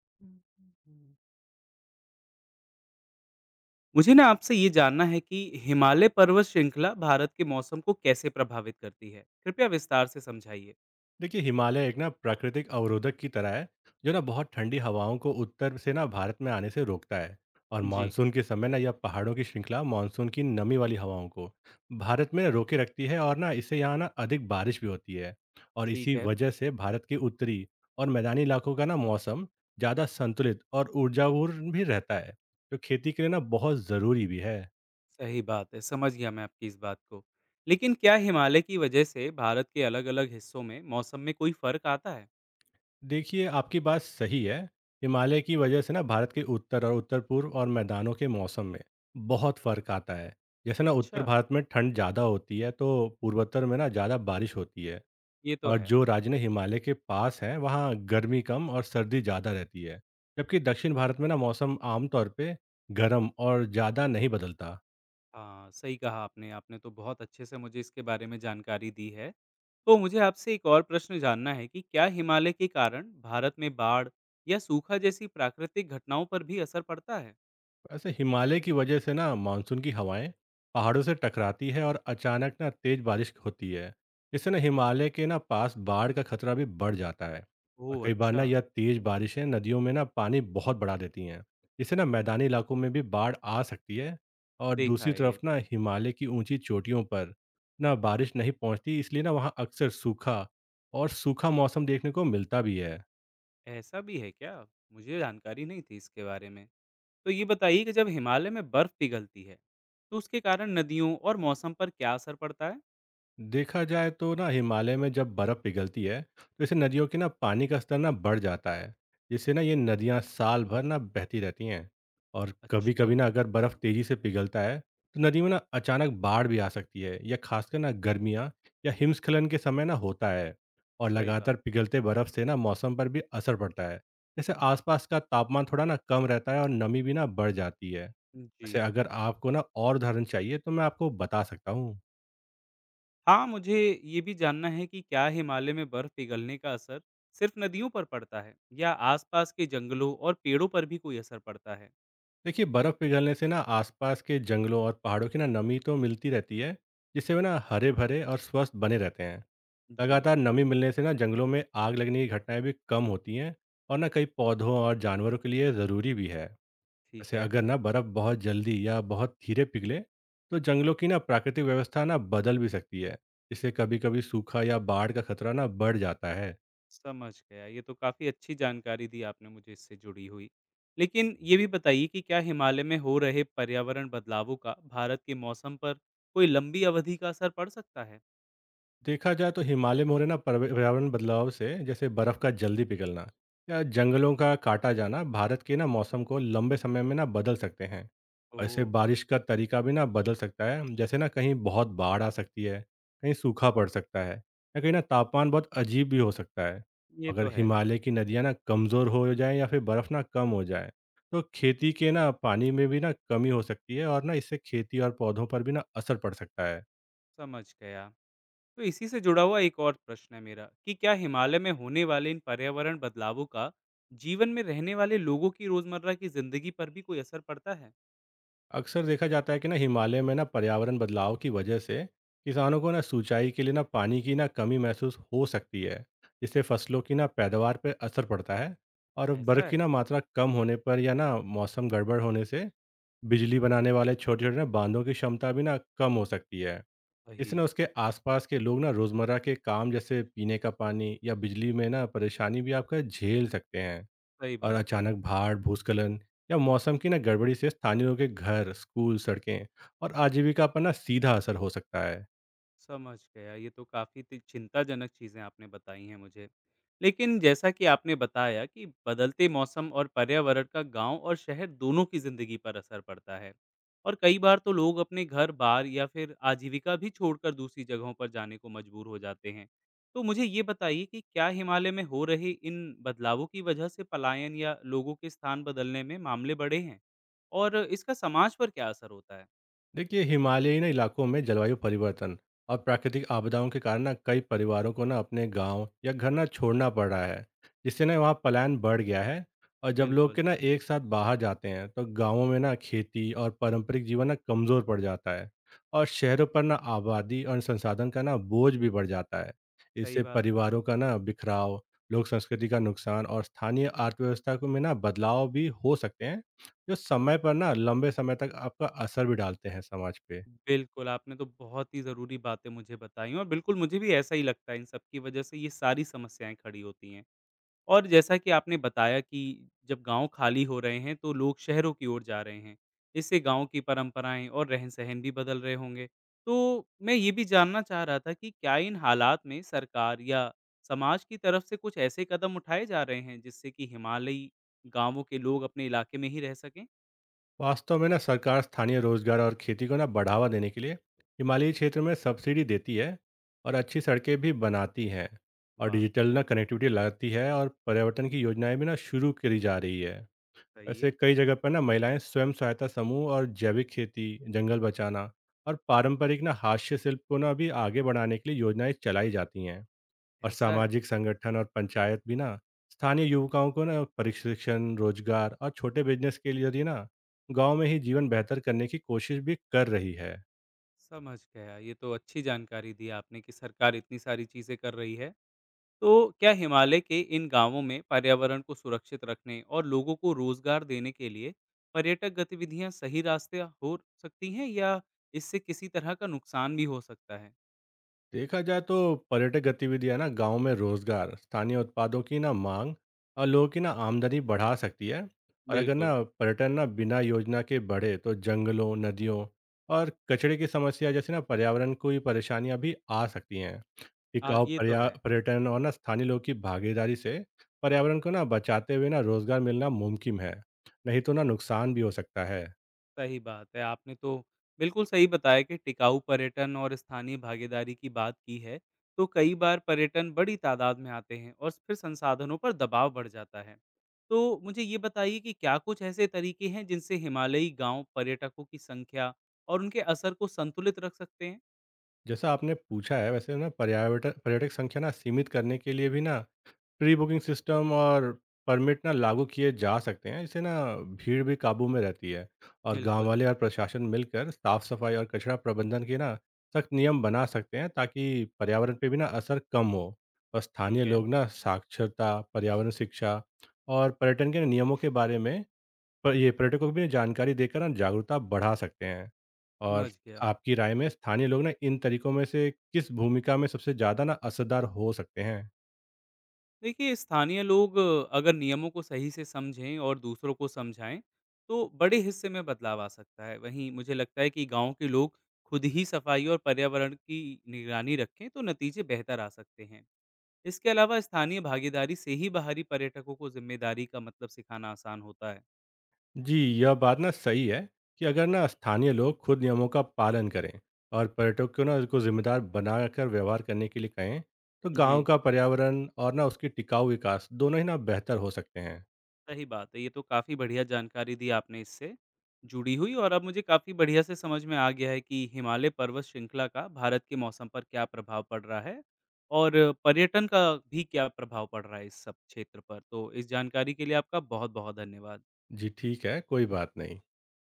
मुझे आपसे ये जानना है कि हिमालय पर्वत श्रृंखला भारत के मौसम को कैसे प्रभावित करती है? कृपया विस्तार से समझाइए। देखिए हिमालय एक ना प्राकृतिक अवरोधक की तरह है, जो ना बहुत ठंडी हवाओं को उत्तर से ना भारत में आने से रोकता है। और जी। मानसून के समय ना यह पहाड़ों की श्रृंखला मानसून की नमी वाली हवाओं को भारत में रोके रखती है, और ना इससे यहाँ ना अधिक बारिश भी होती है। और ठीक इसी है। वजह से भारत के उत्तरी और मैदानी इलाकों का ना मौसम ज़्यादा संतुलित और ऊर्जापूर्ण भी रहता है, जो खेती के लिए ना बहुत ज़रूरी भी है। सही बात है, समझ गया मैं आपकी इस बात को। लेकिन क्या हिमालय की वजह से भारत के अलग-अलग हिस्सों में मौसम में कोई फ़र्क आता है? देखिए आपकी बात सही है। हिमालय की वजह से ना भारत के उत्तर और उत्तर पूर्व और मैदानों के मौसम में बहुत फर्क आता है। जैसे ना अच्छा। उत्तर भारत में ठंड ज़्यादा होती है, तो पूर्वोत्तर में ना ज़्यादा बारिश होती है। ये तो और है। जो राज्य ने हिमालय के पास हैं वहाँ गर्मी कम और सर्दी ज़्यादा रहती है, जबकि दक्षिण भारत में ना मौसम आमतौर पे गर्म और ज़्यादा नहीं बदलता। हाँ, सही कहा आपने। आपने तो बहुत अच्छे से मुझे इसके बारे में जानकारी दी है। तो मुझे आपसे एक और प्रश्न जानना है कि क्या हिमालय के कारण भारत में बाढ़ या सूखा जैसी प्राकृतिक घटनाओं पर भी असर पड़ता है? ऐसे हिमालय की वजह से ना मानसून की हवाएं पहाड़ों से टकराती है और अचानक ना तेज बारिश होती है। इससे ना हिमालय के ना पास बाढ़ का खतरा भी बढ़ जाता है। और ओह! कई बार अच्छा। ना यह तेज बारिशें नदियों में ना पानी बहुत बढ़ा देती हैं। इससे ना मैदानी इलाकों में भी बाढ़ आ सकती है। और देखा दूसरी है ये। तरफ ना हिमालय की ऊंची चोटियों पर ना बारिश नहीं पहुंचती, इसलिए ना वहाँ अक्सर सूखा और सूखा मौसम देखने को मिलता भी है। ऐसा भी है क्या? मुझे जानकारी नहीं थी इसके बारे में। तो ये बताइए कि जब हिमालय में बर्फ़ पिघलती है, तो उसके कारण नदियों और मौसम पर क्या असर पड़ता है? देखा जाए तो ना हिमालय में जब बर्फ़ पिघलती है तो इससे नदियों के ना पानी का स्तर ना बढ़ जाता है, जिससे ना ये नदियाँ साल भर ना बहती रहती हैं। और कभी अच्छा। कभी ना अगर बर्फ़ तेज़ी से पिघलता है तो नदी में ना अचानक बाढ़ भी आ सकती है, या खासकर ना गर्मियाँ या हिमस्खलन के समय ना होता है। और सही बात। लगातार पिघलते बर्फ़ से ना मौसम पर भी असर पड़ता है। जैसे आसपास का तापमान थोड़ा ना कम रहता है और नमी भी ना बढ़ जाती है। जी। जैसे अगर आपको ना और उदाहरण चाहिए तो मैं आपको बता सकता हूँ। हाँ, मुझे ये भी जानना है कि क्या हिमालय में बर्फ़ पिघलने का असर सिर्फ नदियों पर पड़ता है या आसपास के जंगलों और पेड़ों पर भी कोई असर पड़ता है? देखिए बर्फ़ पिघलने से ना आसपास के जंगलों और पहाड़ों की ना नमी तो मिलती रहती है, जिससे वे ना हरे भरे और स्वस्थ बने रहते हैं। जी। लगातार नमी मिलने से ना जंगलों में आग लगने की घटनाएं भी कम होती हैं, और ना कई पौधों और जानवरों के लिए ज़रूरी भी है। ठीक वैसे है। अगर ना बर्फ़ बहुत जल्दी या बहुत धीरे पिघले तो जंगलों की ना प्राकृतिक व्यवस्था ना बदल भी सकती है, जिससे कभी कभी सूखा या बाढ़ का खतरा ना बढ़ जाता है। समझ गया। ये तो काफ़ी अच्छी जानकारी दी आपने मुझे इससे जुड़ी हुई। लेकिन ये भी बताइए कि क्या हिमालय में हो रहे पर्यावरण बदलावों का भारत के मौसम पर कोई लंबी अवधि का असर पड़ सकता है? देखा जाए तो हिमालय में हो रहे ना पर्यावरण बदलाव से जैसे बर्फ का जल्दी पिघलना या जंगलों का काटा जाना भारत के ना मौसम को लंबे समय में ना बदल सकते हैं। और इससे ओह! बारिश का तरीका भी ना बदल सकता है। जैसे ना कहीं बहुत बाढ़ आ सकती है, कहीं सूखा पड़ सकता है, या कहीं ना तापमान बहुत अजीब भी हो सकता है। ये अगर तो है। हिमालय की नदियाँ ना कमज़ोर हो जाएं या फिर बर्फ़ ना कम हो जाए तो खेती के ना पानी में भी ना कमी हो सकती है, और ना इससे खेती और पौधों पर भी ना असर पड़ सकता है। समझ गया। तो इसी से जुड़ा हुआ एक और प्रश्न है मेरा कि क्या हिमालय में होने वाले इन पर्यावरण बदलावों का जीवन में रहने वाले लोगों की रोज़मर्रा की ज़िंदगी पर भी कोई असर पड़ता है? अक्सर देखा जाता है कि ना हिमालय में ना पर्यावरण बदलाव की वजह से किसानों को ना सिंचाई के लिए ना पानी की ना कमी महसूस हो सकती है, जिससे फसलों की ना पैदावार पर असर पड़ता है। और ऐसा बर्फ की है? ना मात्रा कम होने पर या ना मौसम गड़बड़ होने से बिजली बनाने वाले छोटे छोटे ना बांधों की क्षमता भी ना कम हो सकती है। इससे ना वही। उसके आसपास के लोग ना रोजमर्रा के काम जैसे पीने का पानी या बिजली में ना परेशानी भी आपका झेल सकते हैं। सही और बात है। अचानक बाढ़, भूस्खलन या मौसम की ना गड़बड़ी से स्थानीय लोगों के घर, स्कूल, सड़कें और आजीविका पर ना सीधा असर हो सकता है। समझ गया। ये तो काफ़ी ति चिंताजनक चीज़ें आपने बताई हैं मुझे। लेकिन जैसा कि आपने बताया कि बदलते मौसम और पर्यावरण का गाँव और शहर दोनों की ज़िंदगी पर असर पड़ता है। और कई बार तो लोग अपने घर-बार या फिर आजीविका भी छोड़कर दूसरी जगहों पर जाने को मजबूर हो जाते हैं। तो मुझे ये बताइए कि क्या हिमालय में हो रहे इन बदलावों की वजह से पलायन या लोगों के स्थान बदलने में मामले बढ़े हैं? और इसका समाज पर क्या असर होता है? देखिए हिमालयी ना इलाकों में जलवायु परिवर्तन और प्राकृतिक आपदाओं के कारण ना कई परिवारों को ना अपने गांव या घर ना छोड़ना पड़ रहा है, जिससे ना वहाँ पलायन बढ़ गया है। और जब लोग बिल्कुल। के ना एक साथ बाहर जाते हैं तो गांवों में ना खेती और पारंपरिक जीवन ना कमज़ोर पड़ जाता है, और शहरों पर ना आबादी और संसाधन का ना बोझ भी बढ़ जाता है। सही इससे बात है। परिवारों का ना बिखराव, लोक संस्कृति का नुकसान और स्थानीय अर्थव्यवस्था को में ना बदलाव भी हो सकते हैं, जो समय पर ना लंबे समय तक आपका असर भी डालते हैं समाज पे। बिल्कुल, आपने तो बहुत ही ज़रूरी बातें मुझे बताई और बिल्कुल मुझे भी ऐसा ही लगता है इन सब की वजह से ये सारी समस्याएँ खड़ी होती हैं। और जैसा कि आपने बताया कि जब गाँव खाली हो रहे हैं तो लोग शहरों की ओर जा रहे हैं। इससे गाँव की परंपराएँ और रहन-सहन भी बदल रहे होंगे। तो मैं ये भी जानना चाह रहा था कि क्या इन हालात में सरकार या समाज की तरफ से कुछ ऐसे कदम उठाए जा रहे हैं जिससे कि हिमालयी गाँवों के लोग अपने इलाके में ही रह सकें? वास्तव में ना सरकार स्थानीय रोजगार और खेती को ना बढ़ावा देने के लिए हिमालयी क्षेत्र में सब्सिडी देती है, और अच्छी सड़कें भी बनाती हैं, और वाह! डिजिटल ना कनेक्टिविटी लाती है, और पर्यावरण की योजनाएं भी ना शुरू करी जा रही है। सही ऐसे है। कई जगह पर ना महिलाएं स्वयं सहायता समूह और जैविक खेती, जंगल बचाना और पारंपरिक ना हास्य शिल्प को ना भी आगे बढ़ाने के लिए योजनाएं चलाई जाती हैं। और ऐसा है। सामाजिक संगठन और पंचायत भी ना स्थानीय युवकाओं को ना प्रशिक्षण, रोजगार और छोटे बिजनेस के लिए भी ना गांव में ही जीवन बेहतर करने की कोशिश भी कर रही है। समझ गया। ये तो अच्छी जानकारी दी आपने कि सरकार इतनी सारी चीज़ें कर रही है। तो क्या हिमालय के इन गाँवों में पर्यावरण को सुरक्षित रखने और लोगों को रोज़गार देने के लिए पर्यटक गतिविधियाँ सही रास्ते हो सकती हैं या इससे किसी तरह का नुकसान भी हो सकता है? देखा जाए तो पर्यटक गतिविधियां ना गांव में रोजगार, स्थानीय उत्पादों की ना मांग और लोगों की ना आमदनी बढ़ा सकती है। और अगर ना बिल्कुल। पर्यटन ना बिना योजना के बढ़े तो जंगलों, नदियों और कचरे की समस्या जैसे ना पर्यावरण को ही परेशानियां भी आ सकती हैं। टिकाऊ ये तो पर्या है। पर्यटन और ना स्थानीय लोगों की भागीदारी से पर्यावरण को ना बचाते हुए ना रोजगार मिलना मुमकिन है, नहीं तो ना नुकसान भी हो सकता है। सही बात है। आपने तो बिल्कुल सही बताया कि टिकाऊ पर्यटन और स्थानीय भागीदारी की बात की है, तो कई बार पर्यटन बड़ी तादाद में आते हैं और फिर संसाधनों पर दबाव बढ़ जाता है। तो मुझे ये बताइए कि क्या कुछ ऐसे तरीके हैं जिनसे हिमालयी गांव पर्यटकों की संख्या और उनके असर को संतुलित रख सकते हैं? जैसा आपने पूछा है वैसे ना पर्यावटन पर्यटक संख्या ना सीमित करने के लिए भी ना प्री बुकिंग सिस्टम और परमिट ना लागू किए जा सकते हैं, इससे ना भीड़ भी काबू में रहती है। और गांव बिल्कुल। वाले और प्रशासन मिलकर साफ सफाई और कचरा प्रबंधन के ना सख्त नियम बना सकते हैं, ताकि पर्यावरण पे भी ना असर कम हो। और स्थानीय ठीक है। लोग ना साक्षरता, पर्यावरण शिक्षा और पर्यटन के नियमों के बारे में पर ये पर्यटकों को भी जानकारी देकर ना जागरूकता बढ़ा सकते हैं। और समझ गया। आपकी राय में स्थानीय लोग ना इन तरीकों में से किस भूमिका में सबसे ज़्यादा ना असरदार हो सकते हैं? देखिए, स्थानीय लोग अगर नियमों को सही से समझें और दूसरों को समझाएँ, तो बड़े हिस्से में बदलाव आ सकता है। वहीं मुझे लगता है कि गाँव के लोग खुद ही सफाई और पर्यावरण की निगरानी रखें, तो नतीजे बेहतर आ सकते हैं। इसके अलावा स्थानीय भागीदारी से ही बाहरी पर्यटकों को ज़िम्मेदारी का मतलब सिखाना आसान होता है। जी यह बात ना सही है कि अगर ना स्थानीय लोग खुद नियमों का पालन करें और पर्यटक को ना उसको जिम्मेदार बनाकर व्यवहार करने के लिए कहें, तो गांव जी। का पर्यावरण और ना उसकी टिकाऊ विकास दोनों ही ना बेहतर हो सकते हैं। सही बात है। ये तो काफ़ी बढ़िया जानकारी दी आपने इससे जुड़ी हुई और अब मुझे काफ़ी बढ़िया से समझ में आ गया है कि हिमालय पर्वत श्रृंखला का भारत के मौसम पर क्या प्रभाव पड़ रहा है और पर्यटन का भी क्या प्रभाव पड़ रहा है इस सब क्षेत्र पर। तो इस जानकारी के लिए आपका बहुत-बहुत धन्यवाद। जी ठीक है, कोई बात नहीं।